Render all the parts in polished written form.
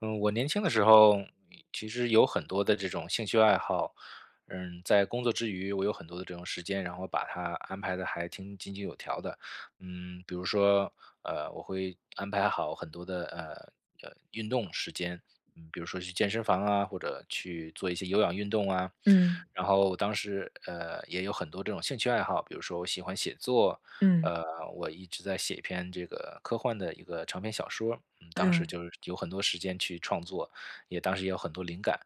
嗯，我年轻的时候其实有很多的这种兴趣爱好，在工作之余，我有很多的这种时间，然后把它安排的还挺井井有条的。比如说，我会安排好很多的运动时间，比如说去健身房啊，或者去做一些有氧运动啊。嗯然后当时也有很多这种兴趣爱好，比如说我喜欢写作，嗯呃，我一直在写一篇这个科幻的一个长篇小说，当时嗯就是有很多时间去创作，也当时也有很多灵感，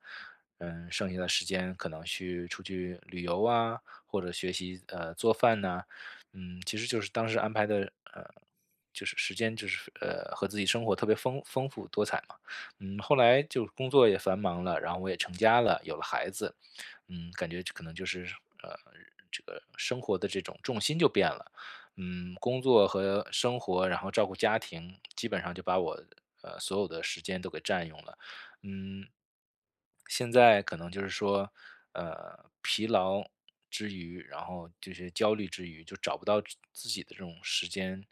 剩下的时间可能去出去旅游啊，或者学习做饭呐、其实就是当时安排的就是时间就是和自己生活特别丰富多彩嘛，后来就工作也繁忙了，然后我也成家了，有了孩子，感觉可能就是呃这个生活的这种重心就变了。工作和生活，然后照顾家庭，基本上就把我所有的时间都给占用了。嗯，现在可能就是说，疲劳之余，然后就是焦虑之余，就找不到自己的这种时间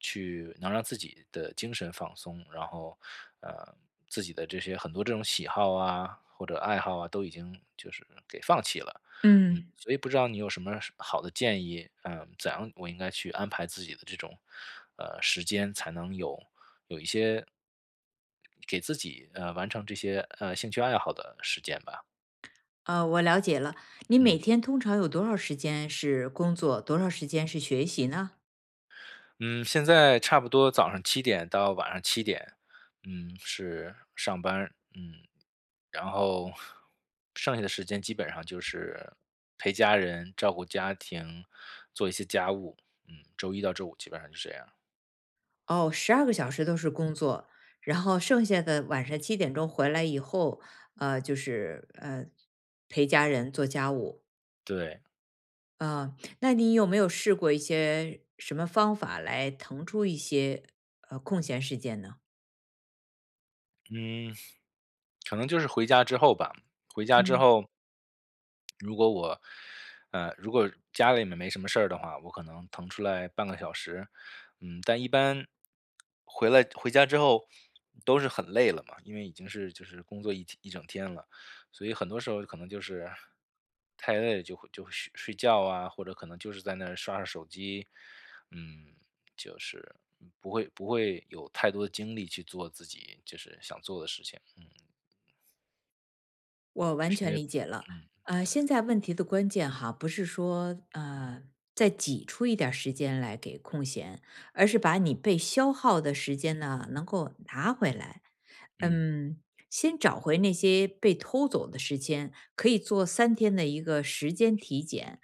去能让自己的精神放松，然后呃自己的这些很多这种喜好啊或者爱好啊，都已经就是给放弃了。嗯，所以不知道你有什么好的建议，怎样我应该去安排自己的这种，时间才能有一些给自己完成这些兴趣爱好的时间吧。我了解了。你每嗯天通常有多少时间是工作，多少时间是学习呢？嗯，现在差不多早上7点到晚上7点，是上班，然后剩下的时间基本上就是陪家人、照顾家庭、做一些家务，周一到周五基本上就这样。哦，12个小时都是工作，然后剩下的晚上七点钟回来以后，就是陪家人做家务。对，啊、那你有没有试过一些什么方法来腾出一些空闲时间呢？嗯，可能就是回家之后吧，回家之嗯。后如果我，如果家里面没什么事儿的话，我可能腾出来半个小时，但一般回来回家之后都是很累了嘛，因为已经是就是工作一天一整天了，所以很多时候可能就是太累了就会睡睡觉啊，或者可能就是在那儿刷刷手机，嗯，就是不会有太多的精力去做自己就是想做的事情，嗯。我完因全为理解了，嗯，对，现在问题的关键哈，不是说再挤出一点儿时间来给空闲，而是把你被消耗的时间呢能够拿回来。嗯，嗯，先找回那些被偷走的时间，可以做三天的一个时间体检，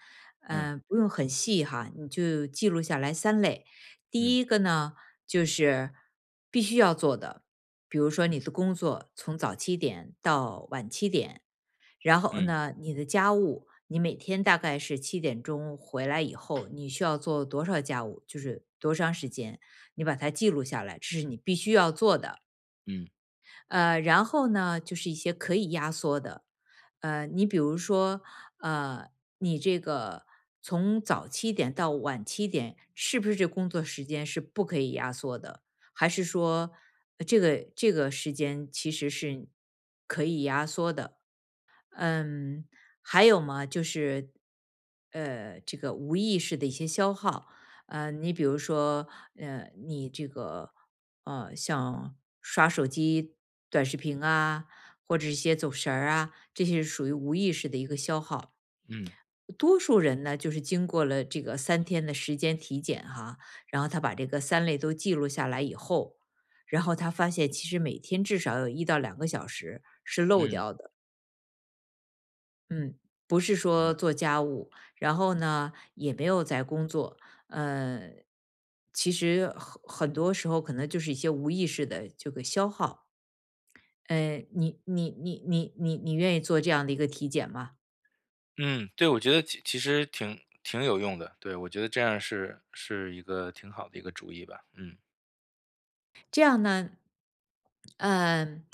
嗯，不用很细哈，你就记录下来三类。第嗯，一个呢，就是必须要做的，比如说你的工作从早七点到晚七点，然后嗯，呢，你的家务，你每天大概是七点钟回来以后，你需要做多少家务，就是多长时间，你把它记录下来，这是你必须要做的。嗯，然后呢，就是一些可以压缩的，你比如说，呃，你这个从早七点到晚七点，是不是这工作时间是不可以压缩的？还是说，这个时间其实是可以压缩的？嗯，还有嘛，就是，这个无意识的一些消耗，你比如说，你这个，像刷手机、短视频啊，或者一些走神儿啊，这些是属于无意识的一个消耗。嗯，多数人呢，就是经过了这个三天的时间体检哈，然后他把这个三类都记录下来以后，然后他发现其实每天至少有1到2个小时是漏嗯，掉的。嗯，不是明说白。做家务，然后呢，也没有在工作。呃，其实很多时候可能就是一些无意识的这个消耗。你愿意做这样的一个体检吗？嗯，对，我觉得其实挺有用的，对，我觉得这样是一个挺好的一个主意吧。嗯，这样呢，嗯，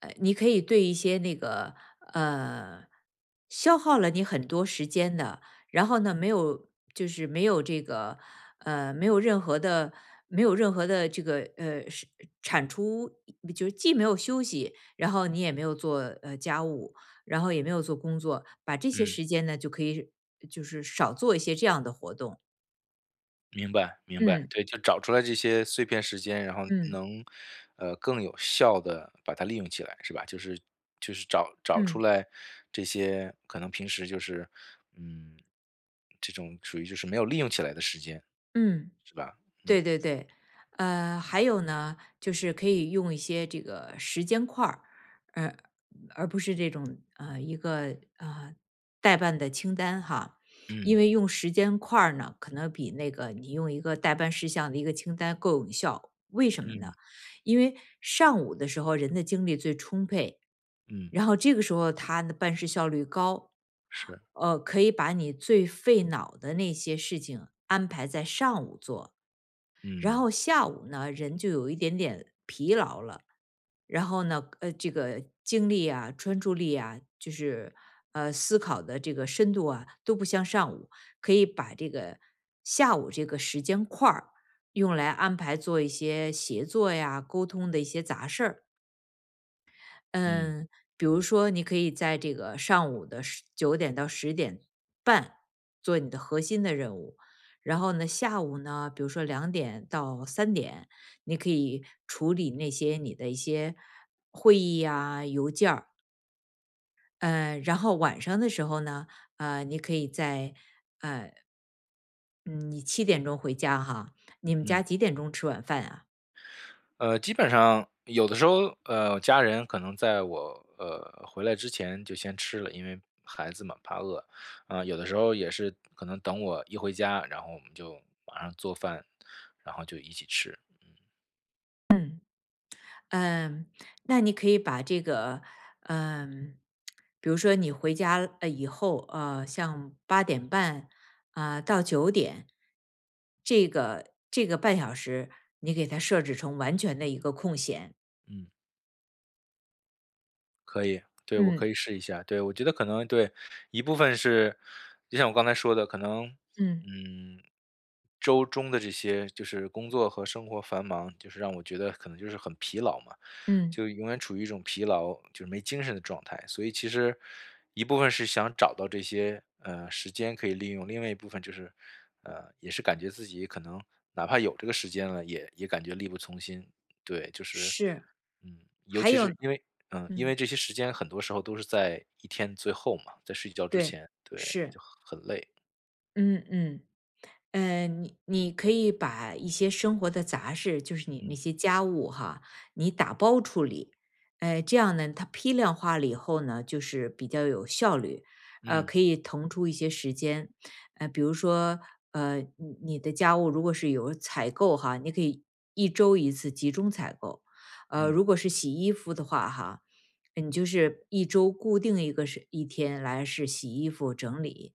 你可以对一些那个呃，消耗了你很多时间的，然后呢，没有就是没有这个呃，没有任何的没有任何的这个是产出，就是既没有休息，然后你也没有做家务，然后也没有做工作，把这些嗯，时间呢就可以就是少做一些这样的活动。明白，明白，嗯对，就找出来这些碎片时间，然后嗯能，更有效的把它利用起来，是吧？就是找找出嗯来这些可能平时就是，嗯，这种属于就是没有利用起来的时间，嗯。是吧？对对对，还有呢，就是可以用一些这个时间块儿，呃，而不是这种一个代办的清单哈，嗯，因为用时间块儿呢，可能比那个你用一个代办事项的一个清单更有效。为什么嗯。呢？因为上午的时候人的精力最充沛，嗯，然后这个时候他的办事效率高，是，可以把你最费脑的那些事情安排在上午做。然嗯后下午呢，人就有一点点疲劳了，然后呢，这个精力啊、专注力啊，就是思考的这个深度啊，都不像上午。可以把这个下午这个时间块儿用来安排做一些协作呀、沟通的一些杂事儿。嗯嗯，比如说你可以在这个上午的19点到10点半做你的核心的任务，然后呢，下午呢，比如说2点到3点，你可以处理那些你的一些会议啊、邮件儿，然后晚上的时候呢，你可以在呃，嗯，你七点钟回家哈，你们嗯，家几点钟吃晚饭啊？基本上有的时候，家人可能在我回来之前就先吃了，因为孩子嘛怕饿，啊、有的时候也是可能等我一回家，然后我们就马上做饭，然后就一起吃。嗯，那你可以把这个，嗯，比如说你回家以后，像八点半啊、到九点，这个半小时，你给它设置成完全的一个空闲。对，我可嗯以试一下。对，我觉得可能对一部分是，就像我刚才说的，可能嗯嗯，周中的这些就是工作和生活繁忙，就是让我觉得可能就是很疲劳嘛。嗯，就永远处于一种疲劳，就是没精神的状态。所以其实一部分是想找到这些时间可以利用，另外一部分就是也是感觉自己可能哪怕有这个时间了，也感觉力不从心。对，就是是。嗯，尤还其有，是因为因为嗯，这些时间很多时候都是在一天最后嘛，在睡觉之对，前，对，是，就很累。嗯嗯。你可以把一些生活的杂事，就是你那嗯些家务哈，你打包处理，这样呢，它批量化了以后呢，就是比较有效率，嗯可以腾出一些时间，比如说，你的家务如果是有采购哈，你可以一周一次集中采购，嗯如果是洗衣服的话哈，你就是一周固定一个是一天来是洗衣服整理，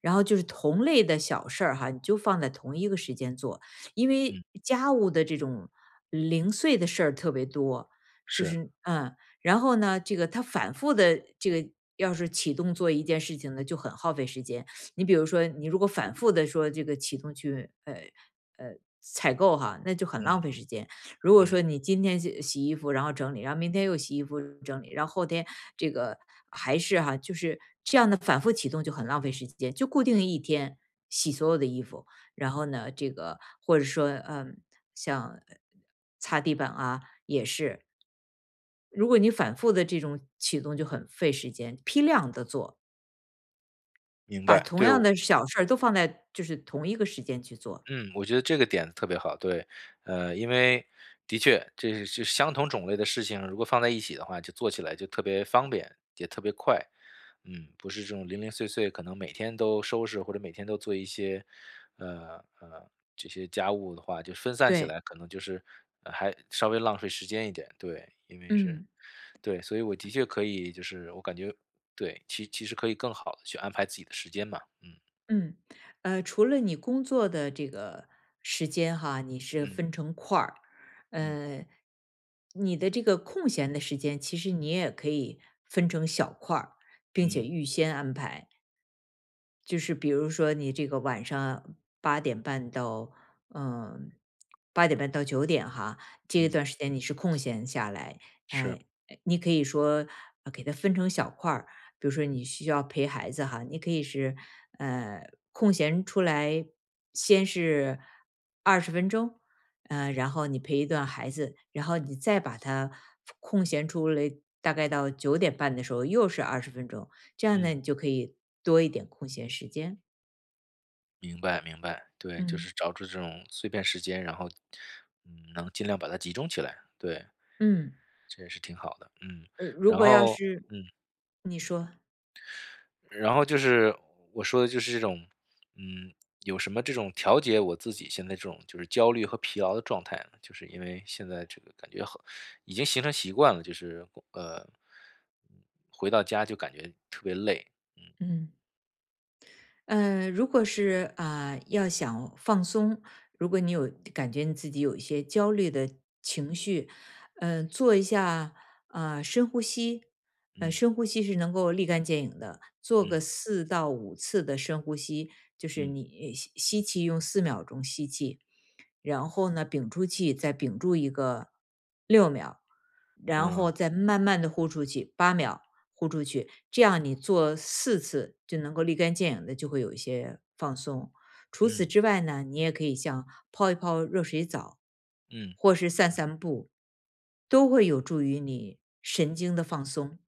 然后就是同类的小事儿哈，你就放在同一个时间做，因嗯，为家务的这种零碎的事儿特别多，就是，是然后呢，这个它反复的这个要是启动做一件事情呢，就很耗费时间。你比如说，你如果反复的说这个启动去呃采购哈，那就很嗯浪费时间。如果嗯，说你今天洗洗衣服，然后整理，然后明天又洗衣服整理，然后后天这个还是哈，就是这样的反复启动就很浪费时间，就固定一天洗所有的衣服，然后呢，这个或者说像擦地板啊也是，如果你反复的这种启动就很费时间，批量的做，明把白。同对，样的小事儿都放在就是同一个时间去做。嗯，我觉得这个点子特别好，对，因为的确，这是就相同种类的事情，如果放在一起的话，就做起来就特别方便，也特别快，不是这种零零碎碎，可能每天都收拾或者每天都做一些，呃呃，这些家务的话，就分散起对，来，可能就是，还稍微浪费时间一点，对，因为是，嗯。对，所以我的确可以，就是我感觉，对，其实可以更好的去安排自己的时间嘛，嗯嗯，除了你工作的这个时间哈，你是嗯分成块儿，嗯呃，你的这个空闲的时间，其实你也可以分成小块儿，并且嗯预先安排。就是比如说你这个晚上八点半到嗯8点半到9点哈，这一嗯，段时间你是空闲下来，是。呃，你可以说给它分成小块儿，比如说你需要陪孩子哈，你可以是呃空闲出来，先是二十分钟，然后你陪一段孩子，然后你再把它空闲出来，大概到9点半的时候又是二十分钟，这样呢，嗯，你就可以多一点空闲时间。明白明白，对，就嗯是找出这种碎片时间，然后，能尽量把它集中起来，对，嗯这也是挺好的，如然果要后，是嗯，你说，然后就是我说的就是这种，嗯，有什么这种调节我自己现在这种就是焦虑和疲劳的状态呢？就是因为现在这个感觉很，已经形成习惯了，就是呃，回到家就感觉特别累，嗯如果是啊、要想放松，如果你有感觉你自己有一些焦虑的情绪，做一下啊、深呼吸，嗯深呼吸是能够立竿见影的，做个嗯4到5次的深呼吸，就是嗯你吸气用4秒钟吸气，然后呢，屏住气，再屏住一个6秒，然嗯后再慢慢的呼出去8秒，呼出去，这样你做4次就能够立竿见影的就会有一些放松。除此嗯之外呢，你也可以像泡一泡热水澡，嗯。或是散散步，都会有助于你神经的放松。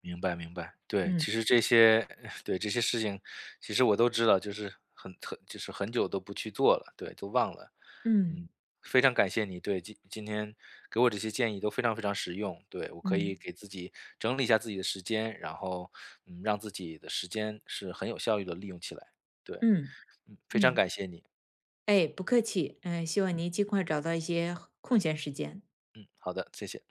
明白明白，对，嗯其实这些 对，这些事情其实我都知道，就是很就是很久都不去做了，对，都忘了。嗯嗯，非常感谢你，对，今天给我这些建议都非常非常实用，对，我可以嗯给自己整理一下自己的时间，然后，让自己的时间是很有效率的利用起来，对，嗯非常嗯，感谢你，哎，不客气，希望您尽快找到一些空闲时间。嗯，好的，谢谢。